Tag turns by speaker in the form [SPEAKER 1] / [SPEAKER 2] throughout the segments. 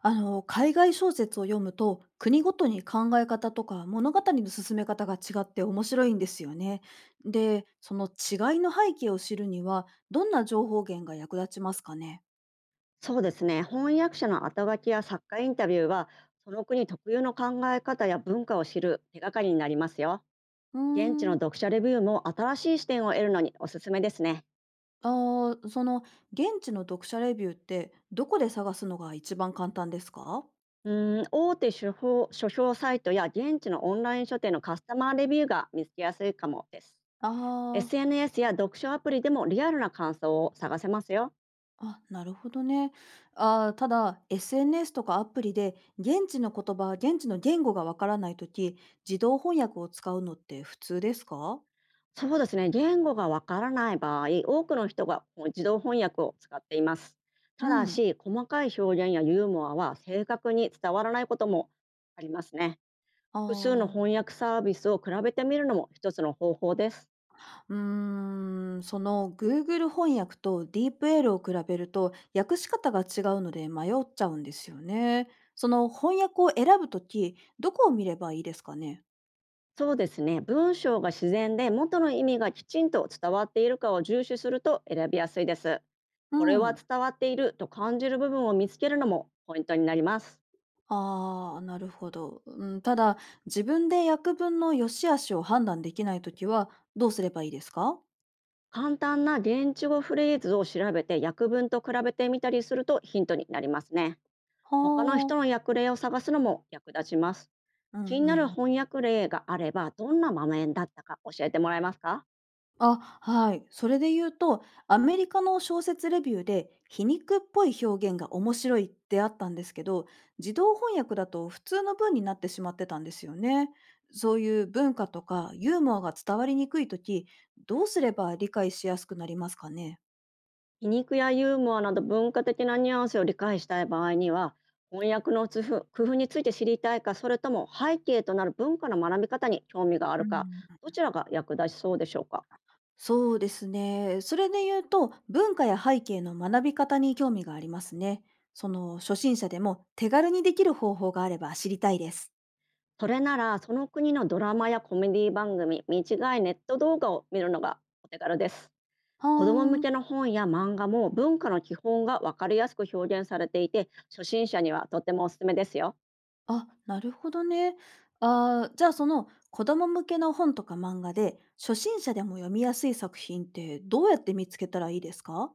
[SPEAKER 1] 海外小説を読むと国ごとに考え方とか物語の進め方が違って面白いんですよね。でその違いの背景を知るにはどんな情報源が役立ちますかね？
[SPEAKER 2] そうですね。翻訳者の後書きや作家インタビューは、その国特有の考え方や文化を知る手がかりになりますよ。
[SPEAKER 1] うー
[SPEAKER 2] 現地の
[SPEAKER 1] ん。
[SPEAKER 2] 読者レビューも新しい視点を得るのにおすすめですね。
[SPEAKER 1] あーその現地の読者レビューってどこで探すのが一番簡単ですか？
[SPEAKER 2] 大手書評サイトや現地のオンライン書店のカスタマーレビューが見つけやすいかもです。
[SPEAKER 1] ああー。
[SPEAKER 2] SNS や読書アプリでもリアルな感想を探せますよ。
[SPEAKER 1] あ、なるほどね。ただ、SNS とかアプリで、現地の言語がわからないとき、自動翻訳を使うのって普通ですか？
[SPEAKER 2] そうですね。言語がわからない場合、多くの人がこう自動翻訳を使っています。
[SPEAKER 1] う
[SPEAKER 2] ただ
[SPEAKER 1] ん。
[SPEAKER 2] し、細かい表現やユーモアは正確に伝わらないこともありますね。複数の
[SPEAKER 1] あ
[SPEAKER 2] 翻訳サービスを比べてみるのも一つの方法です。
[SPEAKER 1] あ、Google 翻訳と DeepL を比べると訳し方が違うので迷っちゃうんですよね。その翻訳を選ぶとき、どこを見ればいいですかね？
[SPEAKER 2] そうですね。文章が自然で元の意味がきちんと伝わっているかを重視すると選びやすいです。
[SPEAKER 1] う
[SPEAKER 2] これは
[SPEAKER 1] ん。
[SPEAKER 2] 伝わっていると感じる部分を見つけるのもポイントになります。
[SPEAKER 1] ああ、なるほど。うん、ただ、自分で役分の良し悪しを判断できないときは、どうすればいいですか？
[SPEAKER 2] 簡単な現地語フレーズを調べて訳文と比べてみたりするとヒントになりますね。他の
[SPEAKER 1] は
[SPEAKER 2] 人
[SPEAKER 1] あ。
[SPEAKER 2] の訳例を探すのも役立ちます。
[SPEAKER 1] うんう
[SPEAKER 2] 気になる
[SPEAKER 1] ん。
[SPEAKER 2] 翻訳例があれば、どんな場面だったか教えてもらえますか？
[SPEAKER 1] あ、はい。それで言うと、アメリカの小説レビューで、皮肉っぽい表現が面白いってあったんですけど、自動翻訳だと普通の文になってしまってたんですよね。そういう文化とかユーモアが伝わりにくいとき、どうすれば理解しやすくなりますかね？
[SPEAKER 2] 皮肉やユーモアなど文化的なニュアンスを理解したい場合には、翻訳の工夫について知りたいか、それとも背景となる文化の学び方に興味があ
[SPEAKER 1] う
[SPEAKER 2] るか、
[SPEAKER 1] ん。
[SPEAKER 2] どちらが役立ちそうでしょうか？
[SPEAKER 1] そうですね。それで言うと、文化や背景の学び方に興味がありますね。その初心者でも手軽にできる方法があれば知りたいです。
[SPEAKER 2] それならその国のドラマやコメディ番組、短いネット動画を見るのがお手軽です。
[SPEAKER 1] は
[SPEAKER 2] 子ども
[SPEAKER 1] ー
[SPEAKER 2] 向
[SPEAKER 1] ん。
[SPEAKER 2] けの本や漫画も文化の基本がわかりやすく表現されていて、初心者にはとてもおすすめですよ。
[SPEAKER 1] あ、なるほどね。じゃあその子供向けの本とか漫画で初心者でも読みやすい作品ってどうやって見つけたらいいですか？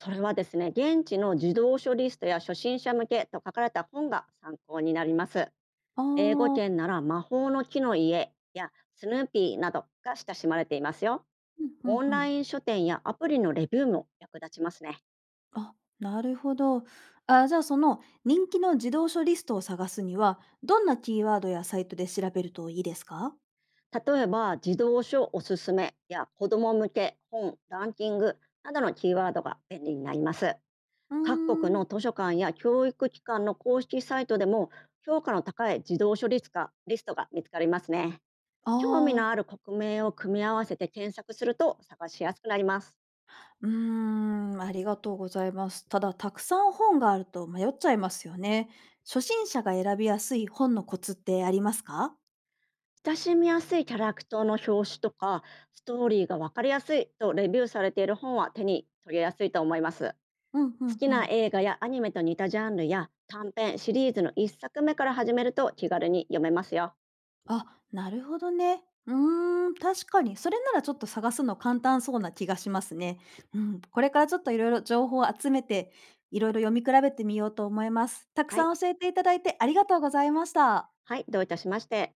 [SPEAKER 2] それはですね、現地の児童書リストや初心者向けと書かれた本が参考になります。
[SPEAKER 1] あ
[SPEAKER 2] 英語
[SPEAKER 1] ー。
[SPEAKER 2] 圏なら魔法の木の家やスヌーピーなどが親しまれていますよ。
[SPEAKER 1] うんう
[SPEAKER 2] オ
[SPEAKER 1] ん
[SPEAKER 2] ン
[SPEAKER 1] う
[SPEAKER 2] ラ
[SPEAKER 1] ん。
[SPEAKER 2] イン書店やアプリのレビューも役立ちますね。
[SPEAKER 1] あ、なるほど。あ、じゃあその人気の児童書リストを探すにはどんなキーワードやサイトで調べるといいですか？
[SPEAKER 2] 例えば児童書おすすめや子ども向け本ランキングなどのキーワードが便利になります。
[SPEAKER 1] うー
[SPEAKER 2] 各国
[SPEAKER 1] ん。
[SPEAKER 2] の図書館や教育機関の公式サイトでも、評価の高い児童書リストが見つかりますね。
[SPEAKER 1] あ
[SPEAKER 2] 興味の
[SPEAKER 1] あ、
[SPEAKER 2] ある国名を組み合わせて検索すると探しやすくなります。
[SPEAKER 1] ありがとうございます。ただ、たくさん本があると迷っちゃいますよね。初心者が選びやすい本のコツってありますか？
[SPEAKER 2] 親しみやすいキャラクターの表紙とか、ストーリーが分かりやすいとレビューされている本は手に取りやすいと思います。
[SPEAKER 1] うんう
[SPEAKER 2] 好
[SPEAKER 1] ん
[SPEAKER 2] き
[SPEAKER 1] う
[SPEAKER 2] な
[SPEAKER 1] ん。
[SPEAKER 2] 映画やアニメと似たジャンルや短編シリーズの1作目から始めると気軽に読めますよ。
[SPEAKER 1] あ、なるほどね。うーん、確かに。それならちょっと探すの簡単そうな気がしますね。うん、これからちょっといろいろ情報を集めて、いろいろ読み比べてみようと思います。たく
[SPEAKER 2] は
[SPEAKER 1] さ
[SPEAKER 2] い。
[SPEAKER 1] ん教えていただいてありがとうございました。
[SPEAKER 2] はい、どういたしまして。